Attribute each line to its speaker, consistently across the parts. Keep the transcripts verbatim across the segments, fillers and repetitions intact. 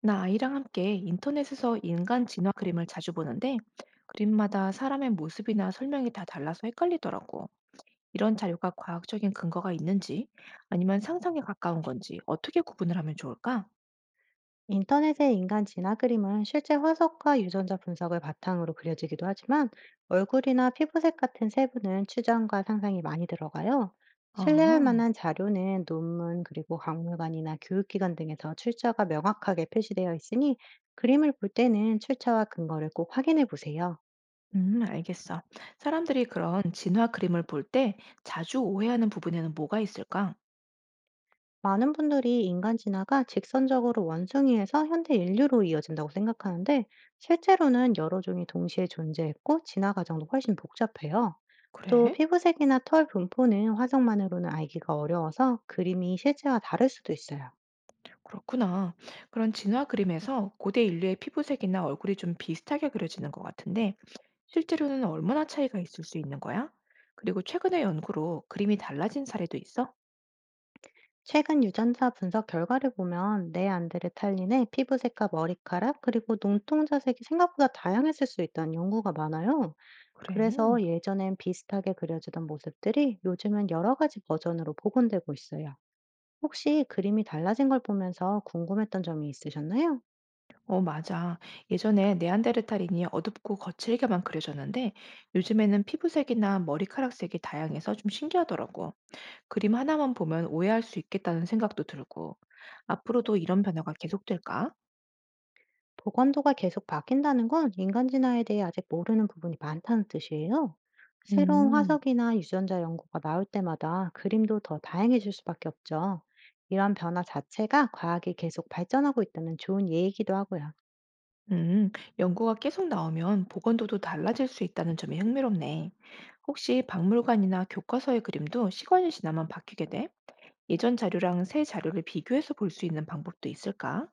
Speaker 1: 나 아이랑 함께 인터넷에서 인간 진화 그림을 자주 보는데 그림마다 사람의 모습이나 설명이 다 달라서 헷갈리더라고. 이런 자료가 과학적인 근거가 있는지 아니면 상상에 가까운 건지 어떻게 구분을 하면 좋을까?
Speaker 2: 인터넷의 인간 진화 그림은 실제 화석과 유전자 분석을 바탕으로 그려지기도 하지만 얼굴이나 피부색 같은 세부는 추정과 상상이 많이 들어가요. 신뢰할
Speaker 1: 어,
Speaker 2: 만한 자료는 논문, 그리고 박물관이나 교육기관 등에서 출처가 명확하게 표시되어 있으니 그림을 볼 때는 출처와 근거를 꼭 확인해 보세요.
Speaker 1: 음, 알겠어. 사람들이 그런 진화 그림을 볼 때 자주 오해하는 부분에는 뭐가 있을까?
Speaker 2: 많은 분들이 인간 진화가 직선적으로 원숭이에서 현대 인류로 이어진다고 생각하는데 실제로는 여러 종이 동시에 존재했고 진화 과정도 훨씬 복잡해요. 또
Speaker 1: 그래?
Speaker 2: 피부색이나 털 분포는 화석만으로는 알기가 어려워서 그림이 실제와 다를 수도 있어요.
Speaker 1: 그렇구나. 그런 진화 그림에서 고대 인류의 피부색이나 얼굴이 좀 비슷하게 그려지는 것 같은데 실제로는 얼마나 차이가 있을 수 있는 거야? 그리고 최근의 연구로 그림이 달라진 사례도 있어?
Speaker 2: 최근 유전자 분석 결과를 보면 네안데르탈린의 피부색과 머리카락 그리고 눈동자색이 생각보다 다양했을 수 있다는 연구가 많아요.
Speaker 1: 그래.
Speaker 2: 그래서 예전엔 비슷하게 그려지던 모습들이 요즘은 여러 가지 버전으로 복원되고 있어요. 혹시 그림이 달라진 걸 보면서 궁금했던 점이 있으셨나요?
Speaker 1: 어, 맞아. 예전에 네안데르탈인이 어둡고 거칠게만 그려졌는데 요즘에는 피부색이나 머리카락색이 다양해서 좀 신기하더라고. 그림 하나만 보면 오해할 수 있겠다는 생각도 들고. 앞으로도 이런 변화가 계속될까?
Speaker 2: 복원도가 계속 바뀐다는 건 인간 진화에 대해 아직 모르는 부분이 많다는 뜻이에요. 새로운
Speaker 1: 음,
Speaker 2: 화석이나 유전자 연구가 나올 때마다 그림도 더 다양해질 수밖에 없죠. 이런 변화 자체가 과학이 계속 발전하고 있다는 좋은 예이기도 하고요.
Speaker 1: 음, 연구가 계속 나오면 보건도도 달라질 수 있다는 점이 흥미롭네. 혹시 박물관이나 교과서의 그림도 시간이 지나면 바뀌게 돼? 예전 자료랑 새 자료를 비교해서 볼 수 있는 방법도 있을까?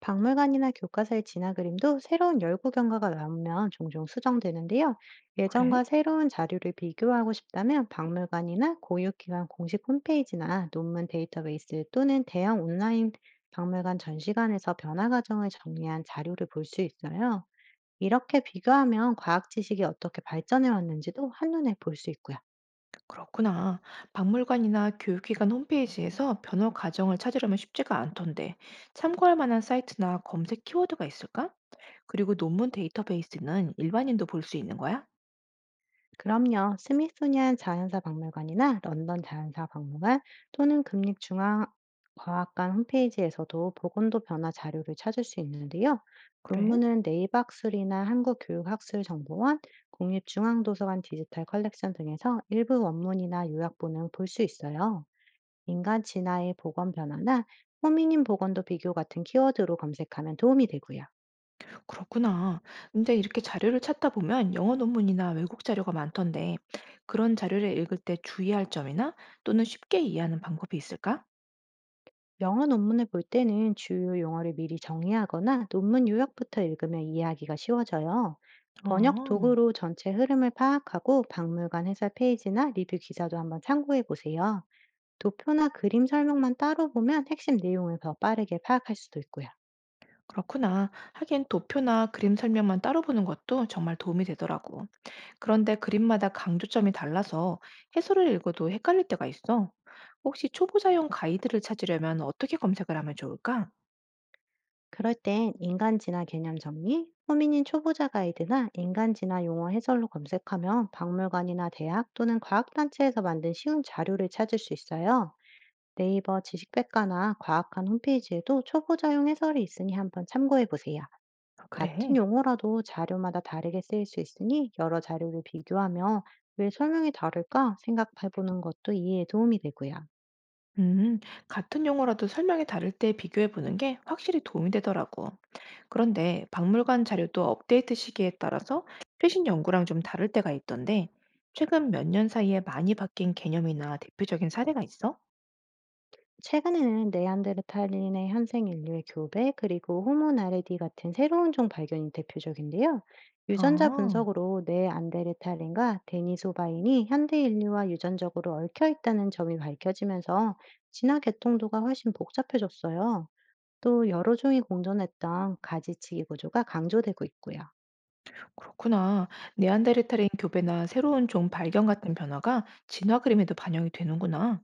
Speaker 2: 박물관이나 교과서의 진화 그림도 새로운 열구 경과가 나오면 종종 수정되는데요.
Speaker 1: 그래?
Speaker 2: 예전과 새로운 자료를 비교하고 싶다면 박물관이나 고유기관 공식 홈페이지나 논문 데이터베이스 또는 대형 온라인 박물관 전시관에서 변화 과정을 정리한 자료를 볼 수 있어요. 이렇게 비교하면 과학 지식이 어떻게 발전해 왔는지도 한눈에 볼 수 있고요.
Speaker 1: 그렇구나. 박물관이나 교육기관 홈페이지에서 변호 과정을 찾으려면 쉽지가 않던데, 참고할 만한 사이트나 검색 키워드가 있을까? 그리고 논문 데이터베이스는 일반인도 볼 수 있는 거야?
Speaker 2: 그럼요. 스미소니안 자연사 박물관이나 런던 자연사 박물관 또는 국립중앙과학관 홈페이지에서도 보건도 변화 자료를 찾을 수 있는데요.
Speaker 1: 그래?
Speaker 2: 논문은 네이버학술이나 한국교육학술정보원, 국립중앙도서관 디지털 컬렉션 등에서 일부 원문이나 요약본을 볼 수 있어요. 인간 진화의 보건 변화나 호미닌 보건도 비교 같은 키워드로 검색하면 도움이 되고요.
Speaker 1: 그렇구나. 근데 이렇게 자료를 찾다 보면 영어 논문이나 외국 자료가 많던데, 그런 자료를 읽을 때 주의할 점이나 또는 쉽게 이해하는 방법이 있을까?
Speaker 2: 영어 논문을 볼 때는 주요 용어를 미리 정리하거나 논문 요약부터 읽으면 이해하기가 쉬워져요. 번역
Speaker 1: 어.
Speaker 2: 도구로 전체 흐름을 파악하고 박물관 해설 페이지나 리뷰 기사도 한번 참고해 보세요. 도표나 그림 설명만 따로 보면 핵심 내용을 더 빠르게 파악할 수도 있고요.
Speaker 1: 그렇구나. 하긴 도표나 그림 설명만 따로 보는 것도 정말 도움이 되더라고. 그런데 그림마다 강조점이 달라서 해설을 읽어도 헷갈릴 때가 있어. 혹시 초보자용 가이드를 찾으려면 어떻게 검색을 하면 좋을까?
Speaker 2: 그럴 땐 인간지나 개념 정리, 호민인 초보자 가이드나 인간지나 용어 해설로 검색하면 박물관이나 대학 또는 과학단체에서 만든 쉬운 자료를 찾을 수 있어요. 네이버 지식백과나 과학관 홈페이지에도 초보자용 해설이 있으니 한번 참고해 보세요.
Speaker 1: 아,
Speaker 2: 같은
Speaker 1: 그래.
Speaker 2: 용어라도 자료마다 다르게 쓰일 수 있으니 여러 자료를 비교하며 왜 설명이 다를까 생각해 보는 것도 이해에 도움이 되고요.
Speaker 1: 음, 같은 용어라도 설명이 다를 때 비교해 보는 게 확실히 도움이 되더라고. 그런데 박물관 자료도 업데이트 시기에 따라서 최신 연구랑 좀 다를 때가 있던데, 최근 몇 년 사이에 많이 바뀐 개념이나 대표적인 사례가 있어?
Speaker 2: 최근에는 네안데르탈인의 현생 인류의 교배 그리고 호모 나레디 같은 새로운 종 발견이 대표적인데요. 유전자
Speaker 1: 아.
Speaker 2: 분석으로 네안데르탈인과 데니소바인이 현대 인류와 유전적으로 얽혀 있다는 점이 밝혀지면서 진화 계통도가 훨씬 복잡해졌어요. 또 여러 종이 공존했던 가지치기 구조가 강조되고 있고요.
Speaker 1: 그렇구나. 네안데르탈인 교배나 새로운 종 발견 같은 변화가 진화 그림에도 반영이 되는구나.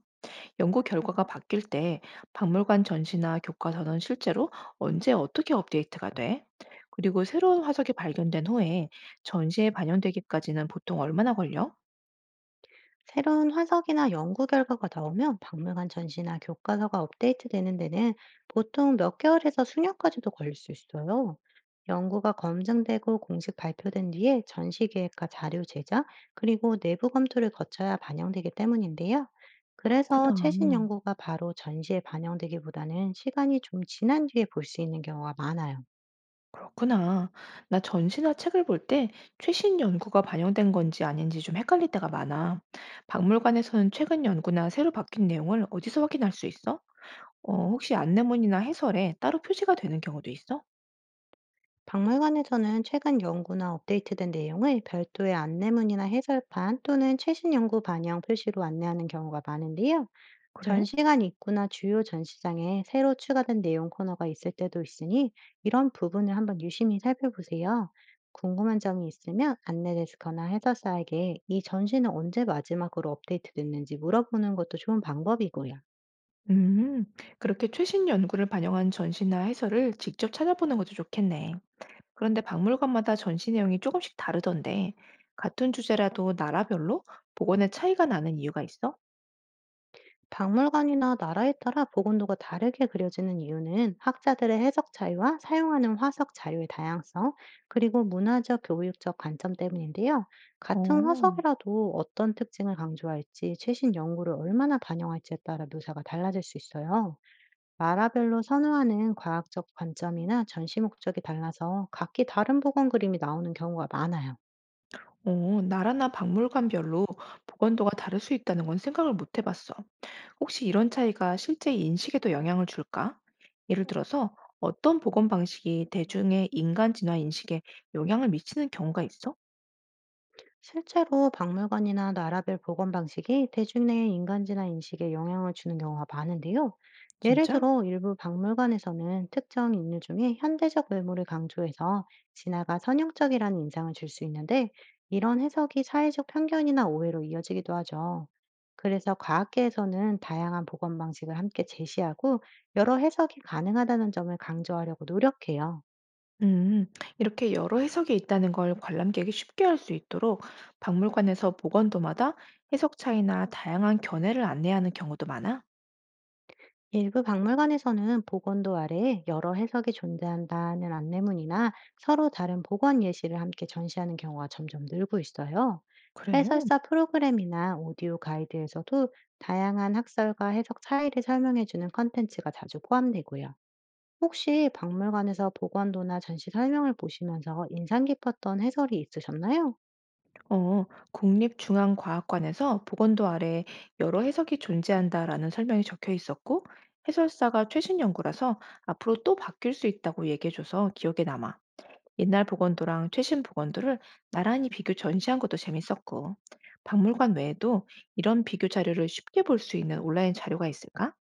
Speaker 1: 연구 결과가 바뀔 때 박물관 전시나 교과서는 실제로 언제 어떻게 업데이트가 돼? 그리고 새로운 화석이 발견된 후에 전시에 반영되기까지는 보통 얼마나 걸려?
Speaker 2: 새로운 화석이나 연구 결과가 나오면 박물관 전시나 교과서가 업데이트되는 데는 보통 몇 개월에서 수년까지도 걸릴 수 있어요. 연구가 검증되고 공식 발표된 뒤에 전시 계획과 자료 제작, 그리고 내부 검토를 거쳐야 반영되기 때문인데요. 그래서
Speaker 1: 그렇구나.
Speaker 2: 최신 연구가 바로 전시에 반영되기보다는 시간이 좀 지난 뒤에 볼 수 있는 경우가 많아요.
Speaker 1: 그렇구나. 나 전시나 책을 볼 때 최신 연구가 반영된 건지 아닌지 좀 헷갈릴 때가 많아. 박물관에서는 최근 연구나 새로 바뀐 내용을 어디서 확인할 수 있어? 어 혹시 안내문이나 해설에 따로 표시가 되는 경우도 있어?
Speaker 2: 박물관에서는 최근 연구나 업데이트된 내용을 별도의 안내문이나 해설판 또는 최신 연구 반영 표시로 안내하는 경우가 많은데요.
Speaker 1: 그래?
Speaker 2: 전시관 입구나 주요 전시장에 새로 추가된 내용 코너가 있을 때도 있으니 이런 부분을 한번 유심히 살펴보세요. 궁금한 점이 있으면 안내데스크나 해설사에게 이 전시는 언제 마지막으로 업데이트됐는지 물어보는 것도 좋은 방법이고요.
Speaker 1: 음, 그렇게 최신 연구를 반영한 전시나 해설을 직접 찾아보는 것도 좋겠네. 그런데 박물관마다 전시 내용이 조금씩 다르던데, 같은 주제라도 나라별로 복원의 차이가 나는 이유가 있어?
Speaker 2: 박물관이나 나라에 따라 복원도가 다르게 그려지는 이유는 학자들의 해석 차이와 사용하는 화석 자료의 다양성, 그리고 문화적, 교육적 관점 때문인데요. 같은
Speaker 1: 어.
Speaker 2: 화석이라도 어떤 특징을 강조할지, 최신 연구를 얼마나 반영할지에 따라 묘사가 달라질 수 있어요. 나라별로 선호하는 과학적 관점이나 전시 목적이 달라서 각기 다른 복원 그림이 나오는 경우가 많아요.
Speaker 1: 어, 나라나 박물관별로 복원도가 다를 수 있다는 건 생각을 못 해봤어. 혹시 이런 차이가 실제 인식에도 영향을 줄까? 예를 들어서 어떤 보건 방식이 대중의 인간 진화 인식에 영향을 미치는 경우가 있어?
Speaker 2: 실제로 박물관이나 나라별 보건 방식이 대중의 인간지나 인식에 영향을 주는 경우가 많은데요. 예를
Speaker 1: 진짜?
Speaker 2: 들어 일부 박물관에서는 특정 인물 중에 현대적 외모를 강조해서 진화가 선형적이라는 인상을 줄 수 있는데, 이런 해석이 사회적 편견이나 오해로 이어지기도 하죠. 그래서 과학계에서는 다양한 보건 방식을 함께 제시하고 여러 해석이 가능하다는 점을 강조하려고 노력해요.
Speaker 1: 음, 이렇게 여러 해석이 있다는 걸 관람객이 쉽게 알 수 있도록 박물관에서 보건도마다 해석 차이나 다양한 견해를 안내하는 경우도 많아?
Speaker 2: 일부 박물관에서는 복원도 아래에 여러 해석이 존재한다는 안내문이나 서로 다른 복원 예시를 함께 전시하는 경우가 점점 늘고 있어요.
Speaker 1: 그래.
Speaker 2: 해설사 프로그램이나 오디오 가이드에서도 다양한 학설과 해석 차이를 설명해주는 컨텐츠가 자주 포함되고요. 혹시 박물관에서 복원도나 전시 설명을 보시면서 인상 깊었던 해설이 있으셨나요?
Speaker 1: 어, 국립중앙과학관에서 보건도 아래 여러 해석이 존재한다라는 설명이 적혀 있었고, 해설사가 최신 연구라서 앞으로 또 바뀔 수 있다고 얘기해줘서 기억에 남아. 옛날 복원도랑 최신 복원도를 나란히 비교 전시한 것도 재밌었고, 박물관 외에도 이런 비교 자료를 쉽게 볼 수 있는 온라인 자료가 있을까?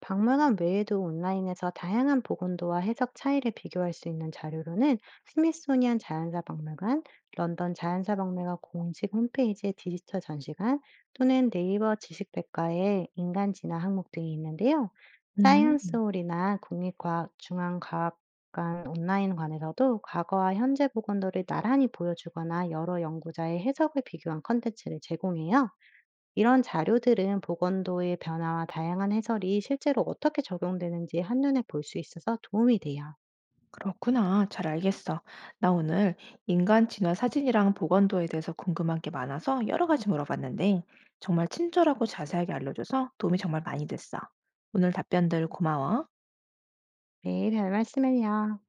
Speaker 2: 방문한 외에도 온라인에서 다양한 보건도와 해석 차이를 비교할 수 있는 자료로는 스미소니안 자연사 박물관, 런던 자연사 박물관 공식 홈페이지의 디지털 전시관 또는 네이버 지식백과의 인간 진화 항목 등이 있는데요.
Speaker 1: 음.
Speaker 2: 사이언스홀이나 국립과학중앙과학관 온라인관에서도 과거와 현재 보건도를 나란히 보여주거나 여러 연구자의 해석을 비교한 컨텐츠를 제공해요. 이런 자료들은 보건도의 변화와 다양한 해설이 실제로 어떻게 적용되는지 한눈에 볼 수 있어서 도움이 돼요.
Speaker 1: 그렇구나. 잘 알겠어. 나 오늘 인간 진화 사진이랑 보건도에 대해서 궁금한 게 많아서 여러 가지 물어봤는데 정말 친절하고 자세하게 알려줘서 도움이 정말 많이 됐어. 오늘 답변들 고마워.
Speaker 2: 네, 별 말씀을요.